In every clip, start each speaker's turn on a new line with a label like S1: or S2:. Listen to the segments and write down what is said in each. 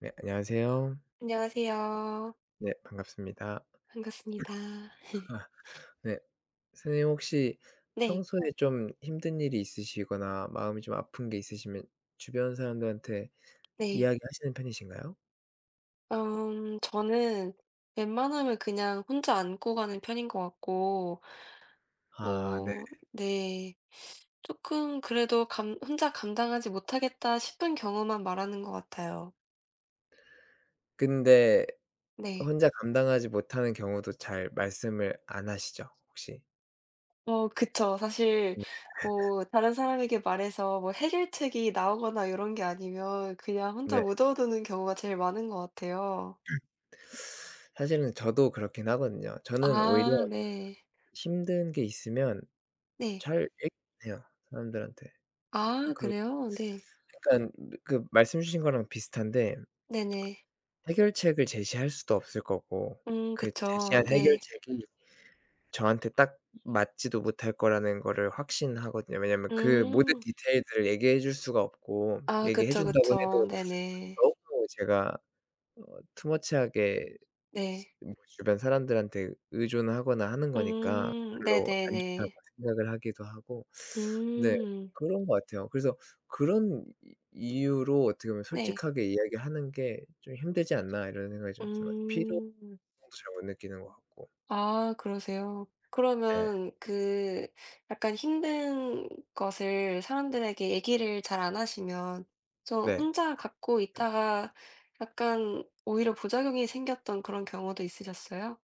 S1: 네, 안녕하세요.
S2: 안녕하세요.
S1: 네, 반갑습니다.
S2: 반갑습니다.
S1: 네. 선생님 혹시
S2: 네.
S1: 평소에 좀 힘든 일이 있으시거나 마음이 좀 아픈 게 있으시면 주변 사람들한테
S2: 네.
S1: 이야기하시는 편이신가요?
S2: 저는 웬만하면 그냥 혼자 안고 가는 편인 것 같고
S1: 아 네.
S2: 뭐 네. 조금 그래도 감 혼자 감당하지 못하겠다 싶은 경우만 말하는 것 같아요.
S1: 근데
S2: 네.
S1: 혼자 감당하지 못하는 경우도 잘 말씀을 안 하시죠, 혹시?
S2: 어 그쵸. 사실
S1: 네.
S2: 뭐 다른 사람에게 말해서 뭐 해결책이 나오거나 이런 게 아니면 그냥 혼자
S1: 네.
S2: 묻어두는 경우가 제일 많은 것 같아요.
S1: 사실은 저도 그렇긴 하거든요. 저는 오히려
S2: 아 네.
S1: 힘든 게 있으면
S2: 네.
S1: 잘 얘기 해요, 사람들한테.
S2: 아
S1: 그
S2: 그래요? 네.
S1: 약간 그 말씀 주신 거랑 비슷한데
S2: 네네.
S1: 해결책을 제시할 수도 없을 거고 그
S2: 그쵸.
S1: 제시한 네.
S2: 네.
S1: 해결책이 저한테 딱 맞지도 못할 거라는 거를 확신하거든요. 왜냐면 그 모든
S2: 음.
S1: 디테일들을 얘기해 줄 수가 없고
S2: 아
S1: 얘기해
S2: 그쵸,
S1: 준다고
S2: 그쵸.
S1: 해도
S2: 네네.
S1: 너무 제가 어 투머치하게 지
S2: 네.
S1: 뭐 주변 사람들한테 의존하거나 하는 거니까 별로 안 좋다고
S2: 네네네.
S1: 생각을 하기도 하고 네
S2: 음
S1: 그런 것 같아요. 그래서 그런 이 이유로 어떻게 보면
S2: 네.
S1: '솔직하게 이야기하는 게 좀 힘들지 않나.' 이런 생각이 좀 드는 것 같아요. 필요성도
S2: 음.
S1: 잘 못 느끼는 것 같고.
S2: 아 그러세요.
S1: 네.
S2: 그러면 그 약간 힘든 것을 사람들에게 얘기를 잘 안 하시면 좀
S1: 네.
S2: 혼자 갖고 있다가 약간 오히려 부작용이 생겼던 그런 경우도 있으셨어요?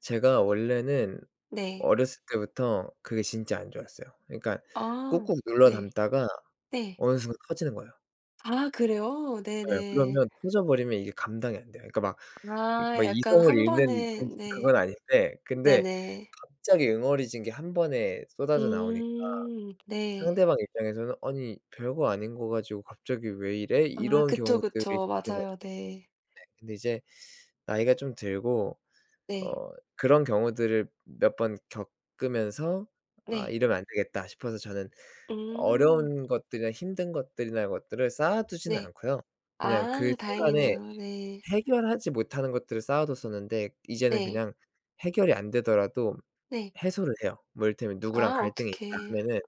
S1: 제가 원래는
S2: 네.
S1: 어렸을 때부터 그게 진짜 안 좋았어요. 그러니까
S2: 아
S1: 꾹꾹 눌러
S2: 네.
S1: 담다가
S2: 네.
S1: 어느 순간 터지는 거예요.
S2: 아 그래요?
S1: 예.
S2: 네네.
S1: 그러면 터져버리면 이게 감당이 안 돼요. 그러니까 막 이
S2: 아
S1: 막
S2: 약간
S1: 이성을
S2: 한
S1: 잃는 이
S2: 번에
S1: 좀
S2: 네.
S1: 그건 아닌데 근데
S2: 네네.
S1: 갑자기 응어리진 게 한 번에 쏟아져 나오니까
S2: 네.
S1: 상대방 입장에서는 '아니 별거 아닌 거 가지고 갑자기 왜 이래?'
S2: 아
S1: 이런
S2: 그쵸,
S1: 경우들이
S2: 그쵸.
S1: 생기는
S2: 맞아요.
S1: 거죠.
S2: 네.
S1: 근데 이제 나이가 좀 들고
S2: 네.
S1: 어 그런 경우들을 몇 번 겪으면서 '아
S2: 네.
S1: 이러면 안 되겠다.' 싶어서 저는
S2: 음
S1: 어려운 것들이나 힘든 것들이나 것들을 쌓아 두지는
S2: 네.
S1: 않고요. 그냥 그
S2: 아
S1: 순간에
S2: 다행이네요. 네.
S1: 해결하지 못하는 것들을 쌓아뒀었는데 이제는
S2: 네.
S1: 그냥 해결이 안 되더라도
S2: 네.
S1: 해소를 해요. 뭐 이를테면 누구랑
S2: 아
S1: 갈등이 있다
S2: 어떡해.
S1: 하면은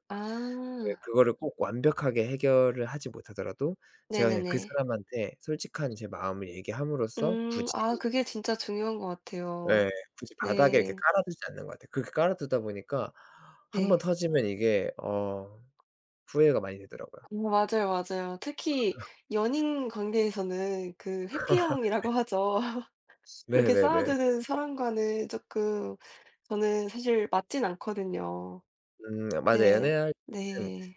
S1: 그
S2: 아
S1: 그거를 꼭 완벽하게 해결을 하지 못하더라도 제가 그냥
S2: 네네네.
S1: 그 사람한테 솔직한 제 마음을 얘기함으로써 굳이
S2: 아 그게 진짜 중요한 것 같아요.
S1: 예 굳이 바닥에 이렇게
S2: 네.
S1: 깔아두지 않는 것 같아요. 그렇게 깔아두다 보니까 한 번
S2: 네.
S1: 터지면 이게 후회가 많이 되더라고요.
S2: 어 맞아요, 맞아요. 특히 연인 관계에서는 그 해피형이라고 하죠. 그렇게
S1: 네네네.
S2: 쌓아두는 사람과는 조금 저는 사실 맞진 않거든요.
S1: 맞아요.
S2: 네.
S1: 연애할 때는
S2: 네.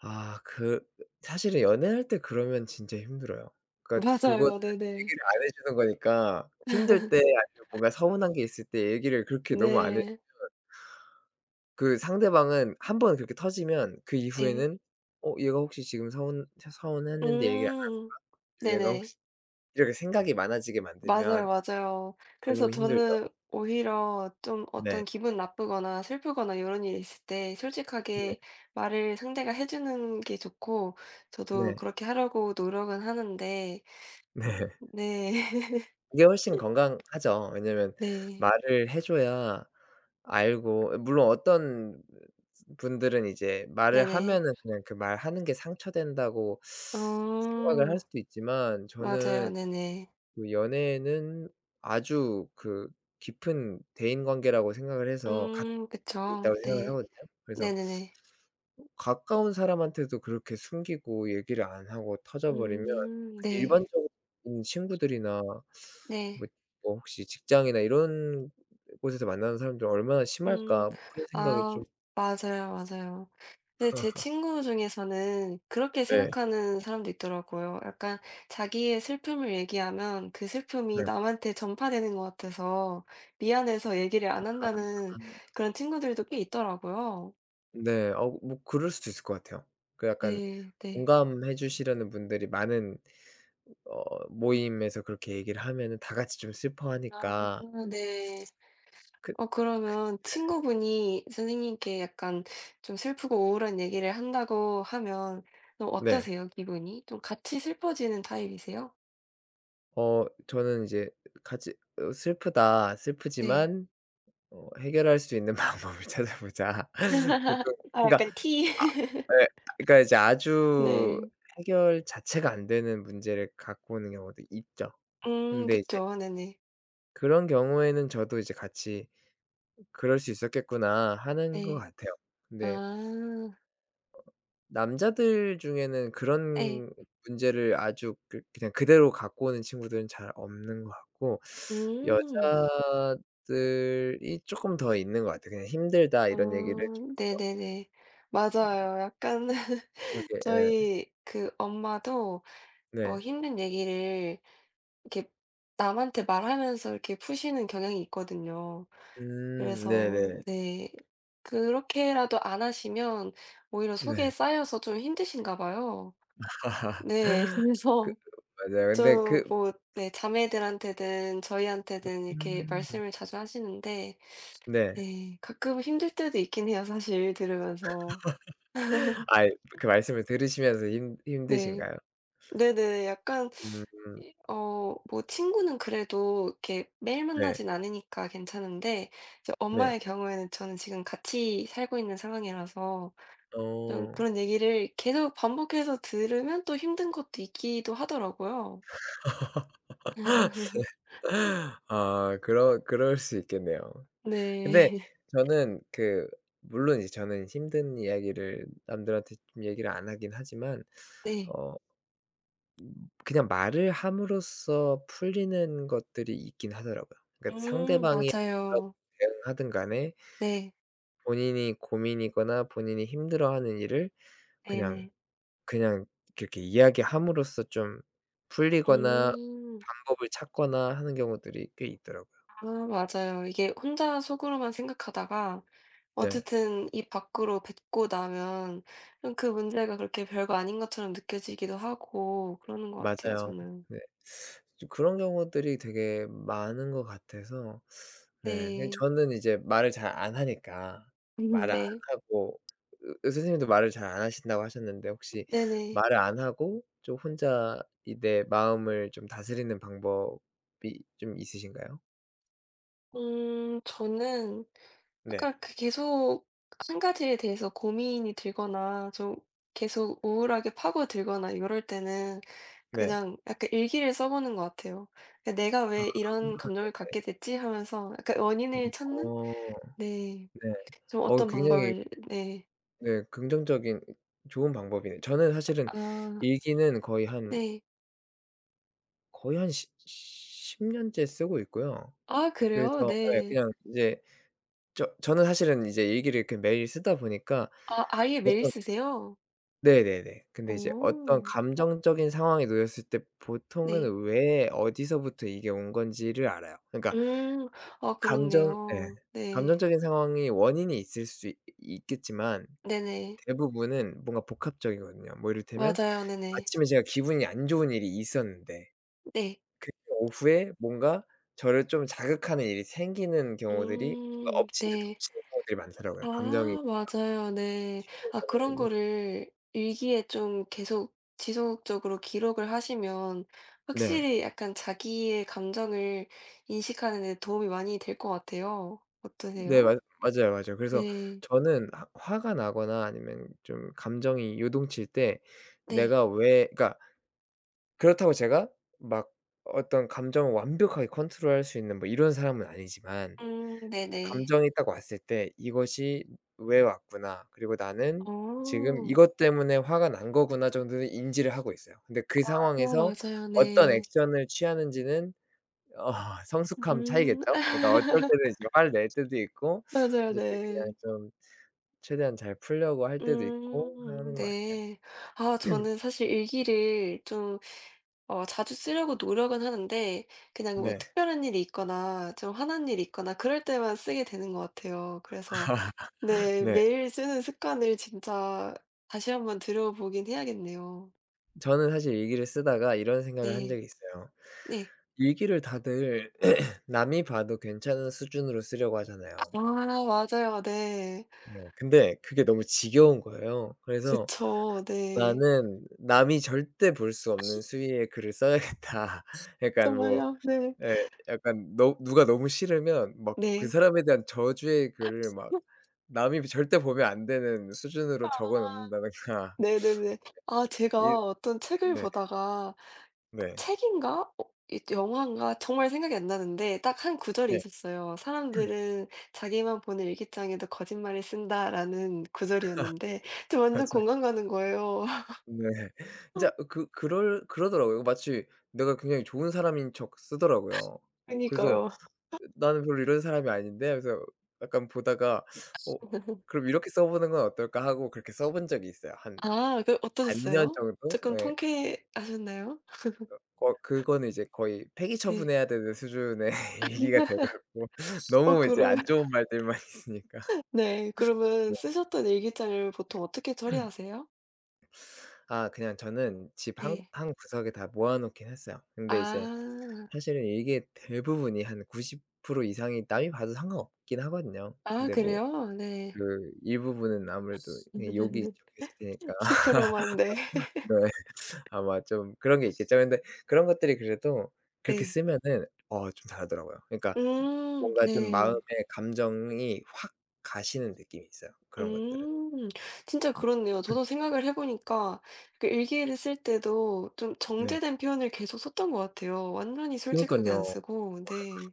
S1: 아 그 사실은 연애할 때 그러면 진짜 힘들어요. 그러니까 그거는
S2: 맞아요. 네네.
S1: 얘기를 안 해 주는 거니까 힘들 때 아니면 뭔가 서운한 게 있을 때 얘기를 그렇게 너무 안 해
S2: 네.
S1: 그 상대방은 한 번 그렇게 터지면 그
S2: 네.
S1: 이후에는 '어 얘가 혹시 지금 서운했는데 얘기를 안
S2: 음.
S1: 해 주면 얘가
S2: 네네.
S1: 혹시' 이렇게 생각이 많아지게
S2: 맞아요,
S1: 만들면
S2: 맞아요. 그래서
S1: 너무 힘들죠.
S2: 저는 오히려 좀 어떤
S1: 네.
S2: 기분 나쁘거나 슬프거나 요런 일이 있을 때
S1: 네.
S2: 솔직하게 말을 상대가 해 주는 게 좋고 저도
S1: 네.
S2: 그렇게 하려고 노력은 하는데
S1: 네.
S2: 네.
S1: 그게 훨씬 건강하죠. 왜냐면
S2: 네.
S1: 말을 해 줘야 알고 물론 어떤 분들은 이제 말을
S2: 네네.
S1: 하면은 그냥 그 말하는 게 상처된다고 생각을 할
S2: 어.
S1: 수도 있지만
S2: 맞아요.
S1: 저는
S2: 네네.
S1: 그 연애는 아주 그 깊은 대인관계라고 생각을 해서 같이
S2: 그쵸.
S1: 있다고 생각을
S2: 네.
S1: 하거든요. 그래서
S2: 네네네.
S1: 가까운 사람한테도 그렇게 숨기고 얘기를 안 하고 터져 버리면
S2: 네.
S1: 일반적인 친구들이나
S2: 네.
S1: 뭐 뭐 혹시 직장이나 이런 곳에서 만나는 사람들은 '얼마나
S2: 음.
S1: 심할까.' 뭐 그런 생각이
S2: 아
S1: 좀
S2: 맞아요, 맞아요. 근데 제 친구 중에서는 그렇게
S1: 네.
S2: 생각하는 사람도 있더라고요. 약간 자기의 슬픔을 얘기하면 그 슬픔이
S1: 네.
S2: 남한테 전파되는 것 같아서 미안해서 얘기를 안 한다는 그런 친구들도 꽤 있더라고요.
S1: 네. 어 뭐 그럴 수도 있을 것 같아요. 그 약간
S2: 네. 네.
S1: 공감해 주시려는 분들이 많은 어 모임에서 그렇게 얘기를 하면은 다 같이 좀
S2: 아
S1: 슬퍼하니까
S2: 네.
S1: 그
S2: 어 그러면 친구분이 선생님께 약간 좀 슬프고 우울한 얘기를 한다고 하면 좀
S1: 네.
S2: 어떠세요, 기분이? 좀 같이 슬퍼지는 타입이세요?
S1: 어 저는 이제 같이 어 슬프다.
S2: 네.
S1: 슬프지만 어 "해결할 수 있는 방법을 찾아보자." 보통
S2: 아
S1: 그러니까
S2: 약간 티.
S1: 아 예. 그러니까 이제 아주
S2: 네.
S1: 해결 자체가 안 되는 문제를 갖고 오는 경우도 있죠. 근데 이제
S2: 그쵸. 네네.
S1: 그런 경우에는 저도 이제 같이 '그럴 수 있었겠구나.' 하는 것
S2: 네.
S1: 같아요. 근데
S2: 아
S1: 남자들 중에는
S2: 네
S1: 그런 문제를 아주 그 그냥 그대로 갖고 오는 친구들은 잘 없는 것 같고
S2: 음.
S1: 여자들이 조금 더 있는 것 같아요. 그냥 "힘들다."
S2: 어
S1: 이런 얘기를 좀
S2: 네네네. 맞아요. 약간
S1: 그러게 예.
S2: 저희 그 엄마도 어
S1: 네.
S2: 힘든 얘기를 이렇게 남한테 말하면서 이렇게 푸시는 경향이 있거든요. 그래서
S1: 네네.
S2: 네. 그렇게라도 안 하시면 오히려 속에
S1: 네.
S2: 쌓여서 좀 힘드신가 봐요. 네.
S1: 그
S2: 그래서
S1: 맞아요. 근데
S2: 좀
S1: 그
S2: 뭐 네 자매들한테든 저희한테든 이렇게
S1: 음
S2: 말씀을 자주 하시는데
S1: 네.
S2: 네 가끔 힘들 때도 있긴 해요 사실 들으면서.
S1: 아이 그 말씀을 들으시면서 힘
S2: 네.
S1: 힘드신가요?
S2: 네네. 약간
S1: 음
S2: 이 뭐 친구는 그래도 이렇게 매일
S1: 네.
S2: 만나진 않으니까 괜찮은데 이제
S1: 네.
S2: 엄마의 경우에는 저는 지금 같이 살고 있는 상황이라서 좀
S1: 어.
S2: 그런 얘기를 계속 반복해서 들으면 또 힘든 것도 있기도 하더라고요.
S1: 아 그러 그럴 수 있겠네요. 근데
S2: 네.
S1: 저는 그 물론 이제 저는 힘든 이야기를 남들한테 좀 얘기를 안 하긴 하지만
S2: 네.
S1: 어 그냥 말을 함으로써 풀리는 것들이 있긴 하더라고요. 그러니까 상대방이 뭐라고
S2: 맞아요.
S1: 대응하든 간에
S2: 네.
S1: 본인이 고민이거나 본인이 힘들어하는 일을 그냥
S2: 네네.
S1: 그냥 이렇게 이야기함으로써 좀 풀리거나
S2: 음.
S1: 방법을 찾거나 하는 경우들이 꽤 있더라고요.
S2: 아 맞아요. 이게 혼자 속으로만 생각하다가
S1: 네.
S2: 어쨌든 입 밖으로 뱉고 나면 좀그 문제가 그렇게 별거 아닌 것처럼 느껴지기도 하고 그러는 것 같아요
S1: 맞아요.
S2: 저는.
S1: 네. 좀 그런 경우들이 되게 많은 것 같아서 네 근데
S2: 네.
S1: 저는 이제 말을 잘 안 하니까 말을 안
S2: 네.
S1: 하고 으 으 선생님도 말을 잘 안 하신다고 하셨는데 혹시
S2: 네네.
S1: 말을 안 하고 좀 혼자 이 내 마음을 좀 다스리는 방법이 좀 있으신가요?
S2: 저는
S1: 네.
S2: 약간 그 계속 한 가지에 대해서 고민이 들거나 좀 계속 우울하게 파고들거나 이럴 때는
S1: 네.
S2: 그냥 약간 일기를 써 보는 것 같아요. 그 '내가
S1: 아.
S2: 왜 이런 감정을 갖게 됐지?' 하면서 약간 원인을 찾는?
S1: 어
S2: 네.
S1: 네.
S2: 좀
S1: 어
S2: 어떤
S1: 굉장히
S2: 방법을 네.
S1: 네 긍정적인 좋은 방법이네요. 저는 사실은
S2: 아
S1: 일기는 거의 한
S2: 네.
S1: 거의 한십10 년째 쓰고 있고요.
S2: 아 그래요?
S1: 그래서 예
S2: 네.
S1: 그냥 이제 저 저는 사실은 이제 일기를 이렇게 매일 쓰다 보니까
S2: 아 아예 매일
S1: 어떤
S2: 쓰세요?
S1: 네네네. 근데 이제
S2: 오오...
S1: 어떤 감정적인 상황에 놓였을 때
S2: 네.
S1: 보통은 왜 어디서부터 이게 온 건지를 알아요. 그러니까
S2: 음. 아
S1: 감정 예.
S2: 그렇네요. 네.
S1: 감정적인 상황이 원인이 있을 수 있 있겠지만
S2: 네네.
S1: 대부분은 뭔가 복합적이거든요. 뭐 이를테면
S2: 맞아요. 네네.
S1: 아침에 제가 기분이 안 좋은 일이 있었는데
S2: 네.
S1: 그 오후에 뭔가 저를 좀 자극하는 일이 생기는 경우들이 그러니까 엎친 데
S2: 네.
S1: 덮치는 경우들이 많더라고요,
S2: 아
S1: 감정이
S2: 맞아요. 네.
S1: 있는
S2: 아 그런
S1: 경우에는.
S2: 거를 일기에 좀 계속 지속적으로 기록을 하시면
S1: 네.
S2: 확실히 약간 자기의 감정을 인식하는 데 도움이 많이 될 것 같아요.
S1: 네
S2: 어떠세요?
S1: 맞 맞아요, 맞아요. 그래서
S2: 네.
S1: 저는 하 화가 나거나 아니면 좀 감정이 요동칠 때
S2: 네.
S1: 내가 왜 그러니까 그렇다고 제가 막 어떤 감정을 완벽하게 컨트롤할 수 있는 뭐 이런 사람은 아니지만
S2: 네네.
S1: 감정이 딱 왔을 때 '이것이 왜 왔구나. 그리고 나는 지금
S2: 어.
S1: 이것 때문에 화가 난 거구나.' 정도는 인지를 하고 있어요. 근데 그
S2: 어
S1: 상황에서
S2: 맞아요.
S1: 어떤
S2: 네.
S1: 액션을 취하는지는 어 성숙함
S2: 음.
S1: 차이겠죠? 그러니까 어쩔 때는 이제 화를 낼 때도 있고
S2: 맞아요.
S1: 어쨌든 그냥
S2: 네.
S1: 좀 최대한 잘 풀려고 할 때도 있고 하는 것 같아요.
S2: 네. 아 저는 사실 일기를 좀 어 자주 쓰려고 노력은 하는데 그냥 뭐
S1: 네.
S2: 특별한 일이 있거나 좀 화난 일이 있거나 그럴 때만 쓰게 되는 것 같아요. 그래서 네
S1: 네.
S2: 매일 쓰는 습관을 진짜 다시 한번 들여보긴 해야겠네요.
S1: 저는 사실 일기를 쓰다가 이런 생각을 한
S2: 네.
S1: 적이 있어요.
S2: 네.
S1: 일기를 다들 남이 봐도 괜찮은 수준으로 쓰려고
S2: 아
S1: 하잖아요.
S2: 맞아요. 네.
S1: 네. 근데 그게 너무 지겨운 거예요. 그래서
S2: 그쵸. 네.
S1: '나는 남이 절대 볼 수 없는 수위의 글을 써야겠다.' 약간 뭐
S2: 정말요? 네.
S1: 예 약간 너 누가 너무 싫으면 막 그
S2: 네.
S1: 사람에 대한 저주의 글을 막 남이 절대 보면 안 되는 수준으로 적어 놓는다든가
S2: 네네네. 아
S1: 이
S2: 제가 어떤 책을
S1: 네.
S2: 보다가
S1: 네.
S2: 책인가? 어 이 영화인가? 정말 생각이 안 나는데 딱 한 구절이
S1: 네.
S2: 있었어요. "사람들은 자기만 보는 일기장에도 거짓말을 쓴다."라는 구절이었는데 저 완전
S1: 맞아요.
S2: 공감 가는 거예요.
S1: 네. 진짜 그 그럴 그러더라고요. 마치 내가 굉장히 좋은 사람인 척 쓰더라고요. 그래서
S2: 그니까요.
S1: 나는 별로 이런 사람이 아닌데 하면서 약간 보다가 '어 그럼 이렇게 써 보는 건 어떨까?' 하고 그렇게 써본 적이 있어요. 한
S2: 아 그
S1: 반년
S2: 어떠셨어요?
S1: 정도?
S2: 조금
S1: 예.
S2: 통쾌하셨나요?
S1: 거 그거는 이제 거의 폐기
S2: 네.
S1: 처분해야 되는 수준의 얘기가 돼 갖고
S2: 어
S1: 너무 이제 안
S2: 그러면
S1: 좋은 말들만 있으니까.
S2: 네 그러면
S1: 네.
S2: 쓰셨던 일기장을 보통 어떻게 처리하세요?
S1: 아 그냥 저는 집 한
S2: 네.
S1: 한 구석에 다 모아 놓긴 했어요. 근데 이제
S2: 아.
S1: 사실은 이게 대부분이 한 90% 이상이 남이 봐도 상관없긴 하거든요.
S2: 아
S1: 근데 뭐
S2: 그래요? 네.
S1: 그 일부분은 아무래도 그냥 욕이 적혀 있을 테니까
S2: 10%만 네.
S1: 네. 아마 좀 그런 게 있겠죠. 근데 그런 것들이 그래도 그렇게
S2: 네.
S1: 쓰면은 좀 다르더라고요. 그러니까 뭔가 좀
S2: 네.
S1: 마음의 감정이 확 가시는 느낌이 있어요, 그런 것들은.
S2: 음. 진짜 그렇네요.
S1: 음.
S2: 저도 생각을 해 보니까 그 일기를 쓸 때도 좀
S1: 네.
S2: 정제된 표현을 계속 썼던 것 같아요. 완전히 솔직하게 안
S1: 그니깐요.
S2: 쓰고. 네.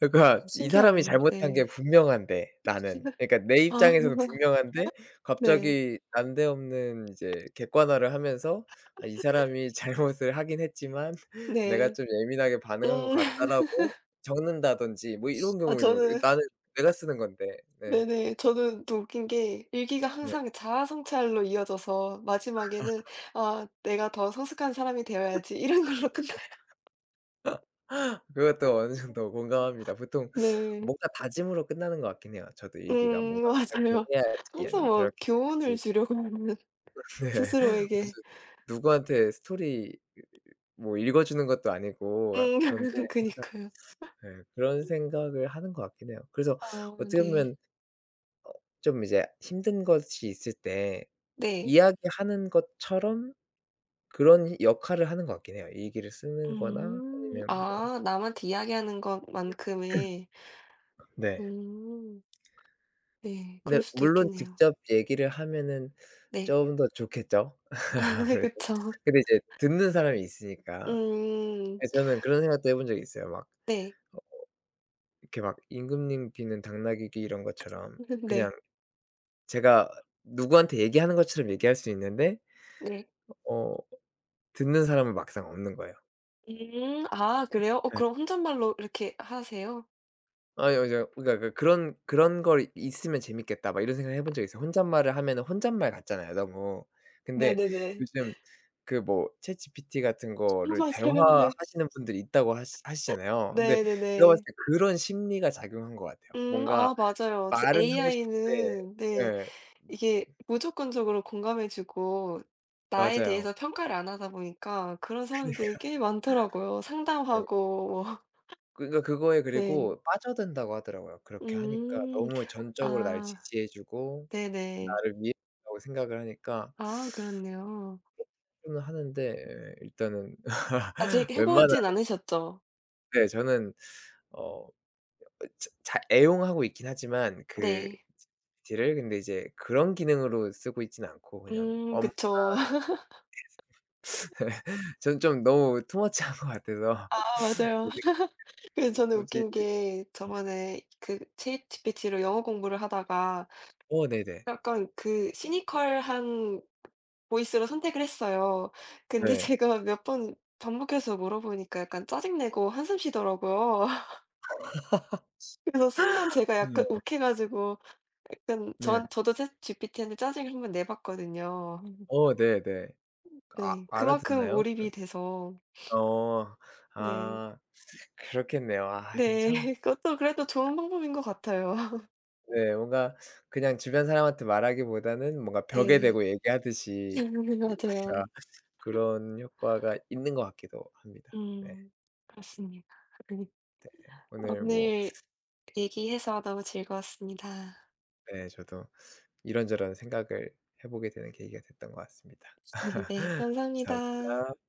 S1: 그러니까 이 사람이
S2: 신기하네요.
S1: 잘못한
S2: 네.
S1: 게 분명한데 나는. 그러니까 내
S2: 아
S1: 입장에서는 분명한데
S2: 네.
S1: 갑자기 난데없는 이제 객관화를 하면서 '아 이 사람이 잘못을 하긴 했지만 내가
S2: 네.
S1: 좀 예민하게 반응한 것
S2: 음.
S1: 같다.'라고 적는다든지 뭐 이런
S2: 아
S1: 경우가 있는 거죠.
S2: 저는
S1: 나는 내가 쓰는 건데. 네.
S2: 네네. 저는 또 웃긴 게 일기가
S1: 네.
S2: 항상 자아 성찰로 이어져서 마지막에는 '아 내가 더 성숙한 사람이 되어야지.' 이런 걸로 끝나요.
S1: 그것도 어느 정도 공감합니다. 보통
S2: 네.
S1: 뭔가 다짐으로 끝나는 것 같긴 해요. 저도 얘기가 뭔가 '이렇게
S2: 맞아요.
S1: 해야지.'
S2: 항상
S1: 아니면
S2: 뭐
S1: '저렇게
S2: 교훈을
S1: 해야지.'
S2: 주려고 하는
S1: 네.
S2: 스스로에게
S1: 무슨 누구한테 스토리 뭐 읽어주는 것도 아니고 아
S2: 음
S1: 그런데 항상
S2: 그니까요.
S1: 예 그런 생각을 하는 것 같긴 해요. 그래서
S2: 아
S1: 어떻게
S2: 네.
S1: 보면 어 좀 이제 힘든 것이 있을 때
S2: 네.
S1: 이야기하는 것처럼 그런 역할을 하는 것 같긴 해요. 일기를 쓰는 거나
S2: 음.
S1: 아니면 뭐
S2: 아 남한테 이야기하는 것만큼의
S1: 네.
S2: 음 네.
S1: 근데
S2: 그럴 수도
S1: 물론
S2: 있겠네요.
S1: 직접 얘기를 하면은
S2: 네.
S1: 좀 더 좋겠죠 아무래도.
S2: 그쵸.
S1: 근데 이제 듣는 사람이 있으니까.
S2: 음.
S1: 그래서 저는 그런 생각도 해본 적이 있어요. 막
S2: 네.
S1: 어 이렇게 막 임금님 비는 당나귀 귀 이런 것처럼 그냥
S2: 네.
S1: 제가 누구한테 얘기하는 것처럼 얘기할 수 있는데
S2: 네.
S1: 어 듣는 사람은 막상 없는 거예요.
S2: 음. 아 그래요? 어
S1: 예.
S2: 그럼 혼잣말로 이렇게 하세요?
S1: 아니요 이제 그러니까 그 그런 '그런 걸 있으면 재밌겠다.' 막 이런 생각을 해본 적이 있어요. 혼잣말을 하면은 혼잣말 같잖아요 너무. 근데
S2: 네네네.
S1: 요즘 그 뭐 챗GPT 같은 거를
S2: 맞아요. 네.
S1: 대화하시는 분들이 있다고 하시잖아요. 근데 제가 봤을
S2: 네네네.
S1: 때 그런 심리가 작용한 것 같아요.
S2: 음.
S1: 뭔가
S2: 아 맞아요.
S1: 말은 하고 싶은데
S2: AI는 네.
S1: 예
S2: 이게 무조건적으로 공감해 주고 나에
S1: 맞아요.
S2: 대해서 평가를 안 하다 보니까 그런 사람들이 꽤 많더라고요.
S1: 예.
S2: 상담하고 뭐
S1: 그러니까 그거에
S2: 네.
S1: 그리고 빠져든다고 하더라고요. 그렇게 하니까
S2: 음.
S1: 너무 전적으로 날
S2: 아
S1: 지지해 주고
S2: 네네.
S1: 나를 위해 준다고 생각을 하니까
S2: 아 그렇네요.
S1: 하기는 하는데 예 일단은
S2: 아직 해
S1: 웬만한
S2: 보진 않으셨죠?
S1: 네 저는 어 자 잘 애용하고 있긴 하지만 그
S2: 네.
S1: 지 p 를 근데 이제 그런 기능으로 쓰고 있진 않고 그냥 엄
S2: 그쵸.
S1: 저는 좀 너무 투머치한 것 같아서
S2: 아 맞아요.
S1: 이지
S2: 그래서 저는
S1: 굳이
S2: 웃긴 게 저번에 그 챗GPT로 영어 공부를 하다가
S1: 어 네네.
S2: 약간 그 시니컬한 보이스로 선택을 했어요. 근데
S1: 네.
S2: 제가 몇 번 반복해서 물어보니까 약간 짜증내고 한숨 쉬더라고요. 그래서 순간 제가 약간
S1: 네.
S2: 욱해 가지고 약간
S1: 네.
S2: 전 저도 챗GPT한테 짜증을 한번 내 봤거든요.
S1: 어 네네. 아
S2: 네. 그만큼
S1: 알아듣나요?
S2: 몰입이 돼서
S1: 어.
S2: 네.
S1: 아 그렇겠네요. 아 근데
S2: 네.
S1: 참
S2: 그것도 그래도 좋은 방법인 것 같아요.
S1: 네 뭔가 그냥 주변 사람한테 말하기보다는 뭔가 벽에
S2: 네.
S1: 대고 얘기하듯이 이 뭔가
S2: 맞아요.
S1: 그런 효과가 있는 것 같기도 합니다. 네.
S2: 음. 그렇습니다.
S1: 오늘 뭐
S2: 오늘 얘기해서 너무 즐거웠습니다.
S1: 네 저도 이런저런 생각을 해 보게 되는 계기가 됐던 것 같습니다.
S2: 네. 감사합니다.
S1: 감사합니다.